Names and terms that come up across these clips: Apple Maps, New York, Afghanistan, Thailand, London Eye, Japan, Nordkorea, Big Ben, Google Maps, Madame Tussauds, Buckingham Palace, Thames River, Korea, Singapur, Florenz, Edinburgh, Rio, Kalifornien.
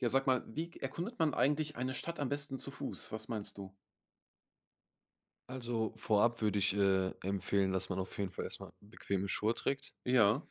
Ja, sag mal, wie erkundet man eigentlich eine Stadt am besten zu Fuß? Was meinst du? Also, vorab würde ich, empfehlen, dass man auf jeden Fall erstmal bequeme Schuhe trägt Ja,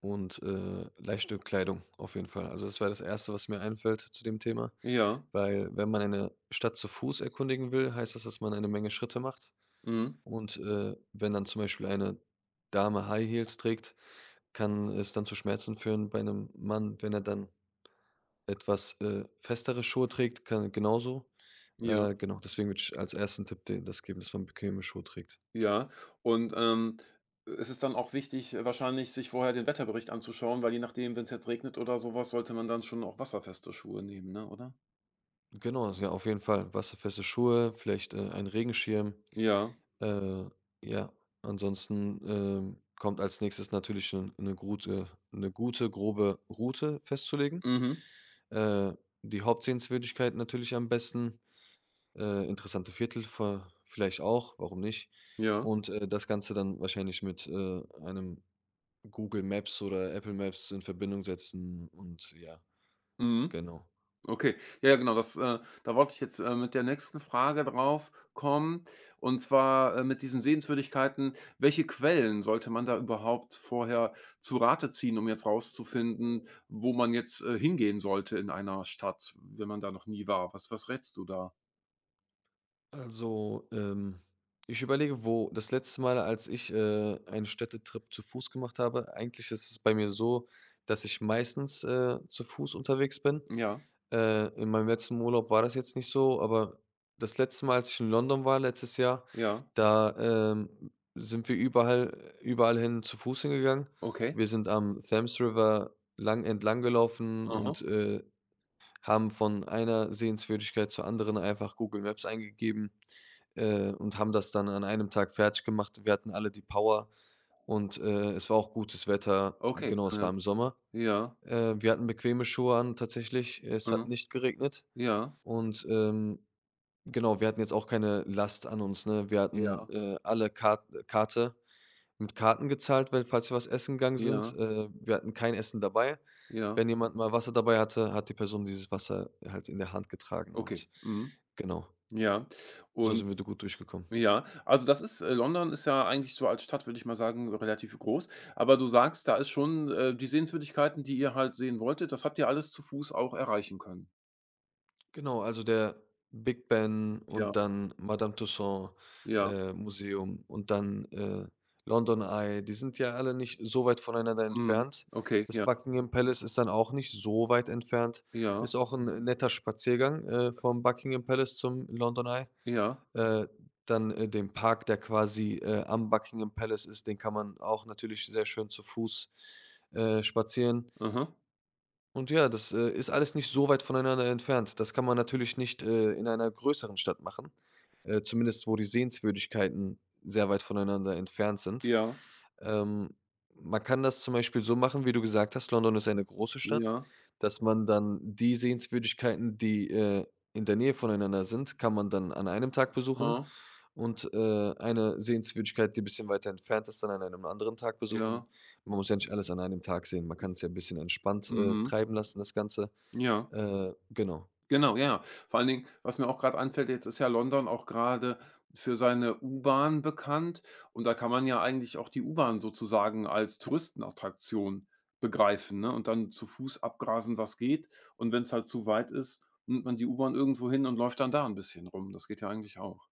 und, leichte Kleidung auf jeden Fall. Also, das wäre das erste, was mir einfällt zu dem Thema, ja, weil wenn man eine Stadt zu Fuß erkundigen will, heißt das, dass man eine Menge Schritte macht mhm, und, wenn dann zum Beispiel eine Dame High Heels trägt, kann es dann zu Schmerzen führen bei einem Mann, wenn er dann etwas, festere Schuhe trägt, kann genauso. ja, Genau, deswegen würde ich als ersten Tipp den das geben, dass man bequeme Schuhe trägt. ja. Und, es ist dann auch wichtig, wahrscheinlich sich vorher den Wetterbericht anzuschauen, weil je nachdem, wenn es jetzt regnet oder sowas, sollte man dann schon auch wasserfeste Schuhe nehmen, ne, oder? Genau, also ja, auf jeden Fall wasserfeste Schuhe, vielleicht, ein Regenschirm. Ja, Äh, ja, ansonsten, kommt als Nächstes natürlich eine gute, grobe Route festzulegen. mhm, Äh, die Hauptsehenswürdigkeit natürlich am besten, interessante Viertel ver vielleicht auch, warum nicht? ja, Und, das Ganze dann wahrscheinlich mit, einem Google Maps oder Apple Maps in Verbindung setzen und ja, mhm. genau. Okay. Ja, ja, genau, da wollte ich jetzt, mit der nächsten Frage drauf kommen, und zwar, mit diesen Sehenswürdigkeiten. Welche Quellen sollte man da überhaupt vorher zu Rate ziehen, um jetzt rauszufinden, wo man jetzt, hingehen sollte in einer Stadt, wenn man da noch nie war? Was rätst du da? Also, ich überlege, wo das letzte Mal, als ich, einen Städtetrip zu Fuß gemacht habe, eigentlich ist es bei mir so, dass ich meistens, zu Fuß unterwegs bin. Ja, In meinem letzten Urlaub war das jetzt nicht so, aber das letzte Mal, als ich in London war letztes Jahr, ja, da, sind wir überall hin zu Fuß hingegangen. okay. Wir sind am Thames River lang entlang gelaufen Aha, und, haben von einer Sehenswürdigkeit zur anderen einfach Google Maps eingegeben, und haben das dann an einem Tag fertig gemacht. Wir hatten alle die Power und, es war auch gutes Wetter. okay, Genau, es ja, war im Sommer. ja, Wir hatten bequeme Schuhe an tatsächlich. Es hat mhm, nicht geregnet ja, und, genau, wir hatten jetzt auch keine Last an uns, ne? Wir hatten, ja, alle Karte mit Karten gezahlt, weil falls wir was essen gegangen sind. ja, Wir hatten kein Essen dabei. ja, Wenn jemand mal Wasser dabei hatte, hat die Person dieses Wasser halt in der Hand getragen okay, und mhm, genau, ja. so Und sind wir da gut durchgekommen. ja, also das ist London ist ja eigentlich so als Stadt, würde ich mal sagen, relativ groß. Aber du sagst, da ist schon, die Sehenswürdigkeiten, die ihr halt sehen wolltet, das habt ihr alles zu Fuß auch erreichen können. Genau, also der Big Ben Ja, und dann Madame Tussauds, ja, Museum, und dann, London Eye, die sind ja alle nicht so weit voneinander mhm, entfernt. okay, Das ja, Buckingham Palace ist dann auch nicht so weit entfernt. ja, Ist auch ein netter Spaziergang, vom Buckingham Palace zum London Eye. ja, Äh, dann, den Park, der quasi, am Buckingham Palace ist, den kann man auch natürlich sehr schön zu Fuß, spazieren. aha, Und ja, das, ist alles nicht so weit voneinander entfernt. Das kann man natürlich nicht, in einer größeren Stadt machen, zumindest wo die Sehenswürdigkeiten sehr weit voneinander entfernt sind. ja, Ähm, man kann das zum Beispiel so machen, wie du gesagt hast, London ist eine große Stadt, ja, dass man dann die Sehenswürdigkeiten, die, in der Nähe voneinander sind, kann man dann an einem Tag besuchen, aha, und, eine Sehenswürdigkeit, die ein bisschen weiter entfernt ist, dann an einem anderen Tag besuchen. ja, Man muss ja nicht alles an einem Tag sehen. Man kann es ja 'n bisschen entspannt, mhm, treiben lassen, das Ganze. ja. Genau. Genau, ja, ja. Vor allen Dingen, was mir auch gerade einfällt, jetzt ist ja London auch gerade für seine U-Bahn bekannt, und da kann man ja eigentlich auch die U-Bahn sozusagen als Touristenattraktion begreifen, ne, und dann zu Fuß abgrasen, was geht. Und wenn es halt zu weit ist, nimmt man die U-Bahn irgendwo hin und läuft dann da ein bisschen rum. Das geht ja eigentlich auch.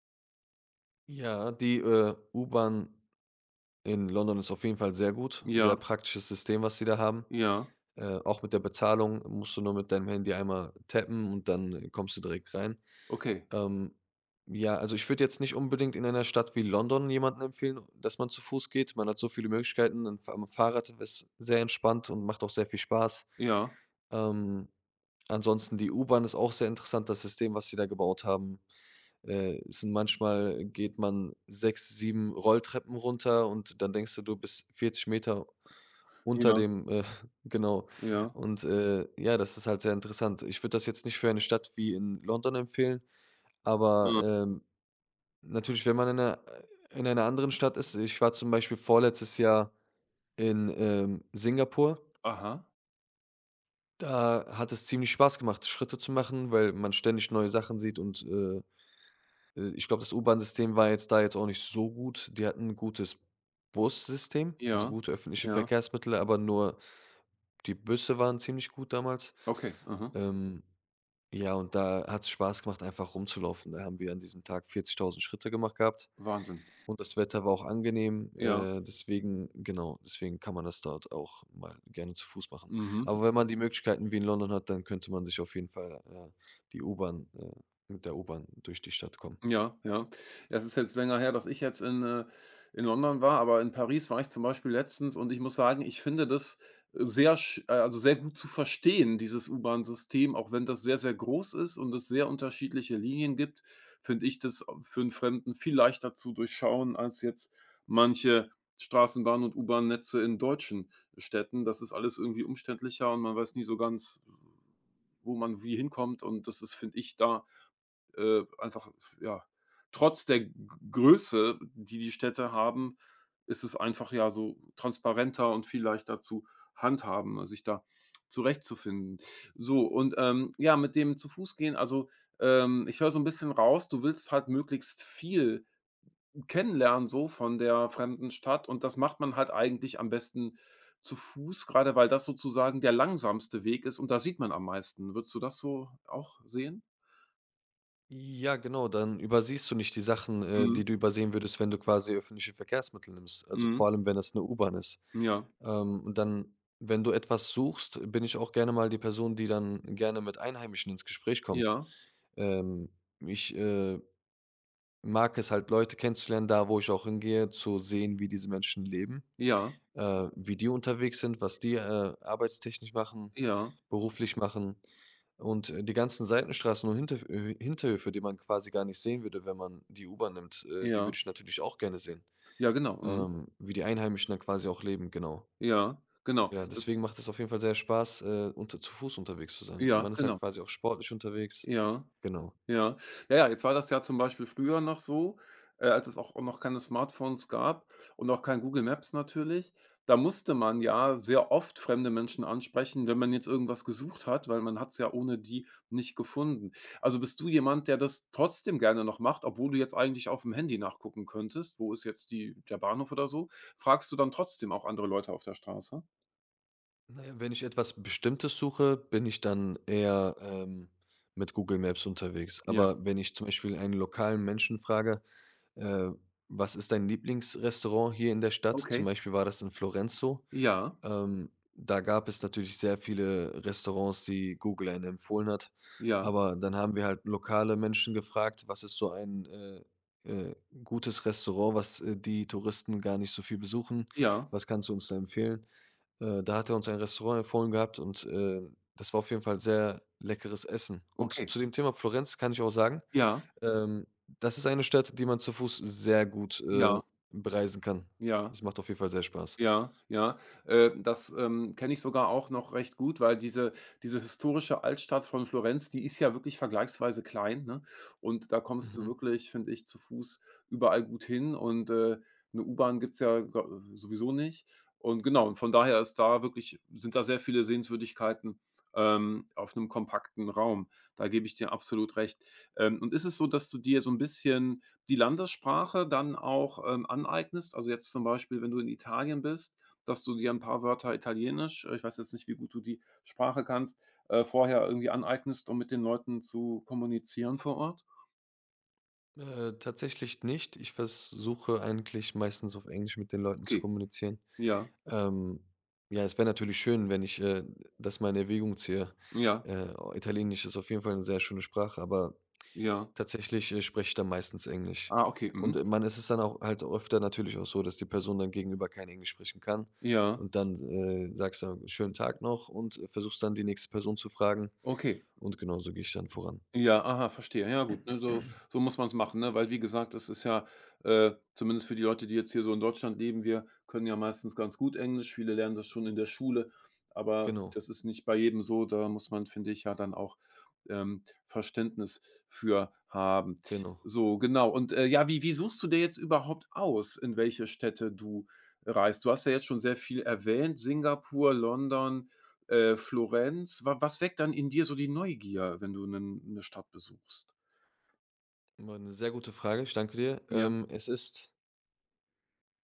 Ja, die, U-Bahn in London ist auf jeden Fall sehr gut. Ja, Sehr praktisches System, was sie da haben. ja, Auch mit der Bezahlung musst du nur mit deinem Handy einmal tappen und dann kommst du direkt rein. okay. Ähm, ja, also ich würde jetzt nicht unbedingt in einer Stadt wie London jemandem empfehlen, dass man zu Fuß geht. Man hat so viele Möglichkeiten. Am Fahrrad ist sehr entspannt und macht auch sehr viel Spaß. Ja, Ähm, ansonsten die U-Bahn ist auch sehr interessant, das System, was sie da gebaut haben. Es sind manchmal, geht man sechs, sieben Rolltreppen runter und dann denkst du, du bist 40 Meter unter ja, dem, genau. ja. Und ja, das ist halt sehr interessant. Ich würde das jetzt nicht für eine Stadt wie in London empfehlen, Äh, aber natürlich, wenn man in einer anderen Stadt ist. Ich war zum Beispiel vorletztes Jahr in, Singapur. aha, Da hat es ziemlich Spaß gemacht, Schritte zu machen, weil man ständig neue Sachen sieht und, ich glaube, das U-Bahn-System war jetzt da jetzt auch nicht so gut. Die hatten ein gutes Bussystem, also ja, gute öffentliche ja, Verkehrsmittel, aber nur die Busse waren ziemlich gut damals. okay, mhm. Ähm, ja, und da hat es Spaß gemacht, einfach rumzulaufen. Da haben wir an diesem Tag 40.000 Schritte gemacht gehabt. Wahnsinn. Und das Wetter war auch angenehm, Ja, deswegen, genau, deswegen kann man das dort auch mal gerne zu Fuß machen. mhm. Aber wenn man die Möglichkeiten wie in London hat, dann könnte man sich auf jeden Fall, die U-Bahn mit der U-Bahn durch die Stadt kommen. Ja, ja. Es ist jetzt länger her, dass ich jetzt in London war, aber in Paris war ich zum Beispiel letztens, und ich muss sagen, ich finde das sehr, sch also sehr gut zu verstehen, dieses U-Bahn-System, auch wenn das sehr, sehr groß ist und es sehr unterschiedliche Linien gibt, finde ich das für einen Fremden viel leichter zu durchschauen als jetzt manche Straßenbahn und U-Bahn-Netze in deutschen Städten. Das ist alles irgendwie umständlicher und man weiß nie so ganz, wo man wie hinkommt, und das ist, finde ich, da einfach, ja, trotz der G Größe, die die Städte haben, ist es einfach ja so transparenter und viel leichter zu handhaben, sich da zurechtzufinden. So, und, ja, mit dem zu Fuß gehen, also, ich höre so ein bisschen raus, du willst halt möglichst viel kennenlernen so von der fremden Stadt, und das macht man halt eigentlich am besten zu Fuß, gerade weil das sozusagen der langsamste Weg ist und da sieht man am meisten. Würdest du das so auch sehen? Ja, genau, dann übersiehst du nicht die Sachen, Mhm, die du übersehen würdest, wenn du quasi öffentliche Verkehrsmittel nimmst. Also mhm, vor allem, wenn es eine U-Bahn ist. ja. Und dann, wenn du etwas suchst, bin ich auch gerne mal die Person, die dann gerne mit Einheimischen ins Gespräch kommt. Ja, Ähm, ich mag es halt, Leute kennenzulernen, da wo ich auch hingehe, zu sehen, wie diese Menschen leben, ja, wie die unterwegs sind, was die, arbeitstechnisch machen, ja, beruflich machen. Und, die ganzen Seitenstraßen und Hinterf Hinterhöfe, die man quasi gar nicht sehen würde, wenn man die U-Bahn nimmt, die ja, würde ich natürlich auch gerne sehen, ja, genau, mhm. Wie die Einheimischen dann quasi auch leben, genau. Ja, genau. Ja, Das deswegen macht es auf jeden Fall sehr Spaß, unter zu Fuß unterwegs zu sein. Und ja, man ist halt genau, quasi auch sportlich unterwegs. ja. Genau. Ja. Ja, ja, jetzt war das ja zum Beispiel früher noch so, als es auch noch keine Smartphones gab und auch kein Google Maps natürlich. Da musste man ja sehr oft fremde Menschen ansprechen, wenn man jetzt irgendwas gesucht hat, weil man hat es ja ohne die nicht gefunden. Also bist du jemand, der das trotzdem gerne noch macht, obwohl du jetzt eigentlich auf dem Handy nachgucken könntest, wo ist jetzt die der Bahnhof oder so? Fragst du dann trotzdem auch andere Leute auf der Straße? Na ja, wenn ich etwas Bestimmtes suche, bin ich dann eher, mit Google Maps unterwegs. Ja, Aber wenn ich zum Beispiel einen lokalen Menschen frage: „Äh, was ist dein Lieblingsrestaurant hier in der Stadt?" Zum okay. Beispiel war das in Florenz so. Ja, Ähm, da gab es natürlich sehr viele Restaurants, die Google einem empfohlen hat. ja, Aber dann haben wir halt lokale Menschen gefragt: „Was ist so ein, äh, gutes Restaurant, was, die Touristen gar nicht so viel besuchen? ja, Was kannst du uns da empfehlen?" Da hat er uns ein Restaurant empfohlen gehabt und, das war auf jeden Fall sehr leckeres Essen. Und okay. zu dem Thema Florenz kann ich auch sagen, Ja, ähm, das ist eine Stadt, die man zu Fuß sehr gut, ja, bereisen kann. ja. Es macht auf jeden Fall sehr Spaß. Ja, ja. Das, kenne ich sogar auch noch recht gut, weil diese historische Altstadt von Florenz, die ist ja wirklich vergleichsweise klein, ne? Und da kommst du Mhm. wirklich, finde ich, zu Fuß überall gut hin, und, 'ne U-Bahn gibt's ja gro sowieso nicht. Und genau, und von daher ist da wirklich sind da sehr viele Sehenswürdigkeiten, auf einem kompakten Raum. Da gebe ich dir absolut recht. Und ist es so, dass du dir so ein bisschen die Landessprache dann auch, aneignest. Also, jetzt zum Beispiel, wenn du in Italien bist, dass du dir ein paar Wörter Italienisch ich weiß jetzt nicht, wie gut du die Sprache kannst, vorher irgendwie aneignest, um mit den Leuten zu kommunizieren vor Ort? Tatsächlich nicht. Ich versuche eigentlich meistens auf Englisch mit den Leuten zu Okay, kommunizieren. ja, Ähm, ja, es wäre natürlich schön, wenn ich, das mal in Erwägung ziehe. ja, Italienisch ist auf jeden Fall eine sehr schöne Sprache, aber ja. tatsächlich, spreche ich dann meistens Englisch. Ah, okay, mhm. Und, man ist es dann auch halt öfter natürlich auch so, dass die Person dann gegenüber kein Englisch sprechen kann Ja, und dann, sagst du: „Schönen Tag noch" und, versuchst dann die nächste Person zu fragen, okay. und genau so gehe ich dann voran. Ja, aha, verstehe. Ja gut, ne, so so muss man es machen, ne? Weil wie gesagt, es ist ja, zumindest für die Leute, die jetzt hier so in Deutschland leben, wir können ja meistens ganz gut Englisch. Viele lernen das schon in der Schule, aber Genau, das ist nicht bei jedem so. Da muss man, finde ich, ja dann auch, Verständnis für haben. genau. So, genau. Und, ja, wie suchst du dir jetzt überhaupt aus, in welche Städte du reist? Du hast ja jetzt schon sehr viel erwähnt, Singapur, London, Florenz. Wa was weckt dann in dir so die Neugier, wenn du 'nen 'ne Stadt besuchst? War 'ne sehr gute Frage, ich danke dir. Ja, Es ist,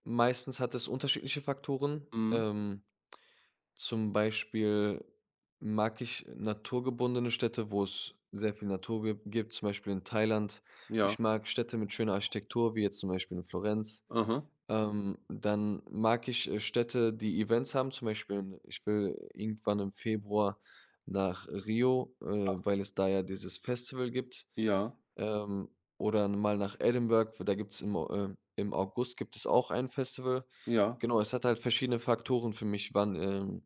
meistens hat es unterschiedliche Faktoren. mhm, Zum Beispiel mag ich naturgebundene Städte, wo es sehr viel Natur gibt, zum Beispiel in Thailand. Ich ja, mag Städte mit schöner Architektur, wie jetzt zum Beispiel in Florenz. aha, Dann mag ich, Städte, die Events haben, zum Beispiel in ich will irgendwann im Februar nach Rio, weil es da ja dieses Festival gibt. ja, Ähm, oder mal nach Edinburgh, wo da gibt's im Au im August gibt es auch ein Festival. ja, Genau, es hat halt verschiedene Faktoren für mich, wann,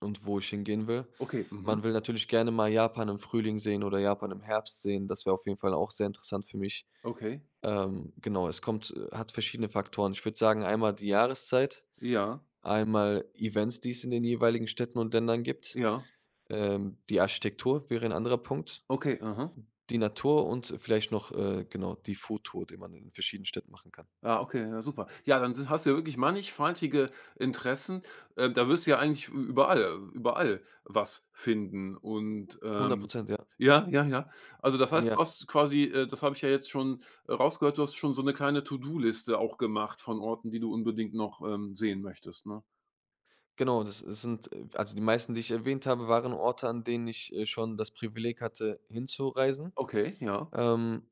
und wo ich hingehen will. okay, mhm, Man will natürlich gerne mal Japan im Frühling sehen oder Japan im Herbst sehen. Das wäre auf jeden Fall auch sehr interessant für mich. okay, Genau, es kommt, hat verschiedene Faktoren. Ich würde sagen, einmal die Jahreszeit, ja, einmal Events, die es in den jeweiligen Städten und Ländern gibt. ja, Die Architektur wäre ein anderer Punkt, okay, aha. die Natur und vielleicht noch, genau, die Foodtour, die man in verschiedenen Städten machen kann. Ah, okay, ja super. Ja, dann si hast du ja wirklich mannigfaltige Interessen. Da wirst du ja eigentlich ü überall überall was finden und, Hundert Prozent, ja. ja, ja, ja. Also, das heißt, du Ja. hast quasi, das habe ich ja jetzt schon, rausgehört, du hast schon so eine kleine To-do-Liste auch gemacht von Orten, die du unbedingt noch, sehen möchtest, ne? Genau, das, es sind, also die meisten, die ich erwähnt habe, waren Orte, an denen ich, schon das Privileg hatte, hinzureisen. Okay, ja. Ähm,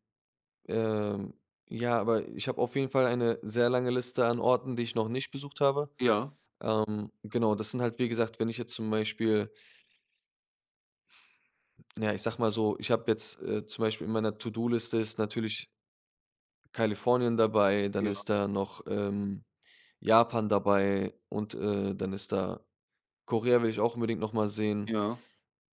ähm, ja, aber ich habe auf jeden Fall eine sehr lange Liste an Orten, die ich noch nicht besucht habe. Ja, Genau, das sind halt, wie gesagt, wenn ich jetzt zum Beispiel, ja, ich sag mal so, ich habe jetzt, zum Beispiel, in meiner To-do-Liste ist natürlich Kalifornien dabei, dann ja, ist da noch, Japan dabei, und, dann ist da Korea, will ich auch unbedingt noch mal sehen. ja,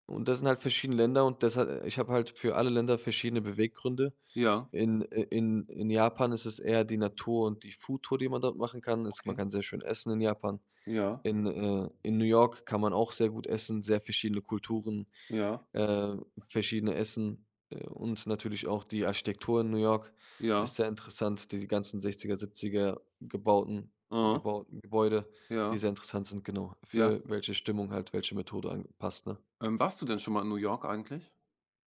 Und das sind halt verschiedene Länder, und deshalb, ich habe halt für alle Länder verschiedene Beweggründe. ja, In i in Japan ist es eher die Natur und die Foodtour, die man dort machen kann. Es, man okay. kann sehr schön essen in Japan. Ja, In New York kann man auch sehr gut essen, sehr verschiedene Kulturen, ja, äh, verschiedene Essen, und natürlich auch die Architektur in New York ist ja, sehr interessant, die ganzen 60er, 70er aha, gebauten Gebäude, die ja, sehr interessant sind, genau. ja. Für welche Stimmung halt welche Methode angepasst, ne? Ne, Warst du denn schon mal in New York eigentlich?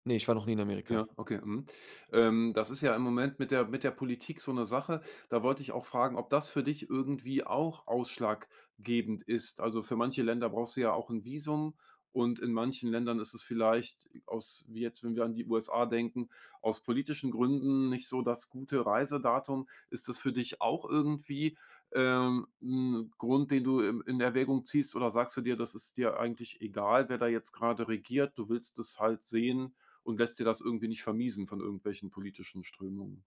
nee, ich war noch nie in Amerika. Ja, okay, mhm. Das ist ja im Moment mit der Politik so eine Sache. Da wollte ich auch fragen, ob das für dich irgendwie auch ausschlaggebend ist. Also, für manche Länder brauchst du ja auch ein Visum, und in manchen Ländern ist es vielleicht aus wie jetzt, wenn wir an die USA denken, aus politischen Gründen nicht so das gute Reisedatum. Ist das für dich auch irgendwie, 'n Grund, den du in Erwägung ziehst, oder sagst du dir, das ist dir eigentlich egal, wer da jetzt gerade regiert, du willst es halt sehen und lässt dir das irgendwie nicht vermiesen von irgendwelchen politischen Strömungen.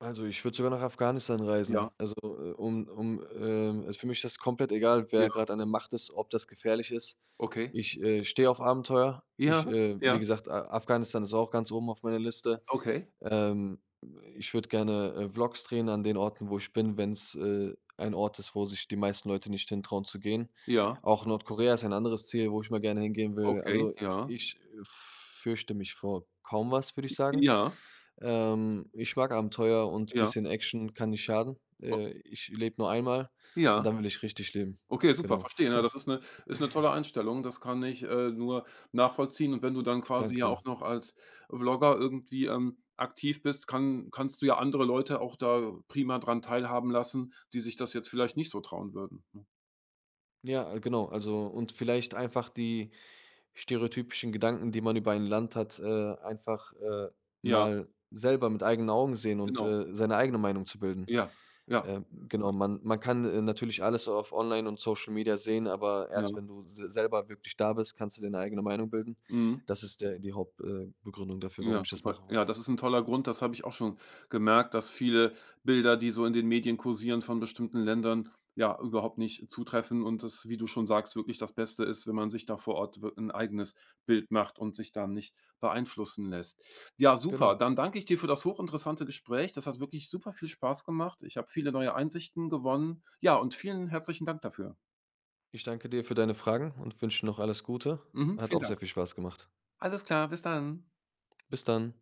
Also, ich würde sogar nach Afghanistan Ja, reisen. Also, also, für mich ist das komplett egal, wer ja, gerade an der Macht ist, ob das gefährlich ist. okay. Ich, stehe auf Abenteuer. Ich, Ja, wie ja, gesagt, A Afghanistan ist auch ganz oben auf meiner Liste. okay. Ähm, ich würde gerne, Vlogs drehen an den Orten, wo ich bin, wenn's, ein Ort ist, wo sich die meisten Leute nicht hintrauen zu gehen. Ja, Auch Nordkorea ist ein anderes Ziel, wo ich mal gerne hingehen will. okay, Also, ja. ich, fürchte mich vor kaum was, würde ich sagen. Ja, Ich mag Abenteuer, und ein ja, bisschen Action kann nicht schaden. o Ich lebe nur einmal, und ja. dann will ich richtig leben. Okay, super, Genau. verstehe. Ja, das ist 'ne tolle Einstellung. Das kann ich, nur nachvollziehen. Und wenn du dann quasi Danke ja dir. auch noch als Vlogger irgendwie, aktiv bist, kannst du ja andere Leute auch da prima dran teilhaben lassen, die sich das jetzt vielleicht nicht so trauen würden, ne? Ja, genau. Also, und vielleicht einfach die stereotypischen Gedanken, die man über ein Land hat, einfach, Ja, mal selber mit eigenen Augen sehen und, genau. Seine eigene Meinung zu bilden. Ja, ja, äh, Genau, man kann, natürlich alles so auf Online und Social Media sehen, aber erst ja. wenn du se selber wirklich da bist, kannst du deine eigene Meinung bilden. Mhm. Das ist der die Hauptbegründung, Begründung dafür, warum Ja, ich das super. machen will. Ja, das ist ein toller Grund. Das habe ich auch schon gemerkt, dass viele Bilder, die so in den Medien kursieren von bestimmten Ländern, ja, überhaupt nicht zutreffen, und das, wie du schon sagst, wirklich das Beste ist, wenn man sich da vor Ort wir 'n eigenes Bild macht und sich da nicht beeinflussen lässt. Ja, super. Genau. Dann danke ich dir für das hochinteressante Gespräch. Das hat wirklich super viel Spaß gemacht. Ich habe viele neue Einsichten gewonnen. Ja, und vielen herzlichen Dank dafür. Ich danke dir für deine Fragen und wünsche noch alles Gute. Mhm, Hat vielen auch sehr Dank. viel Spaß gemacht. Alles klar, bis dann. Bis dann.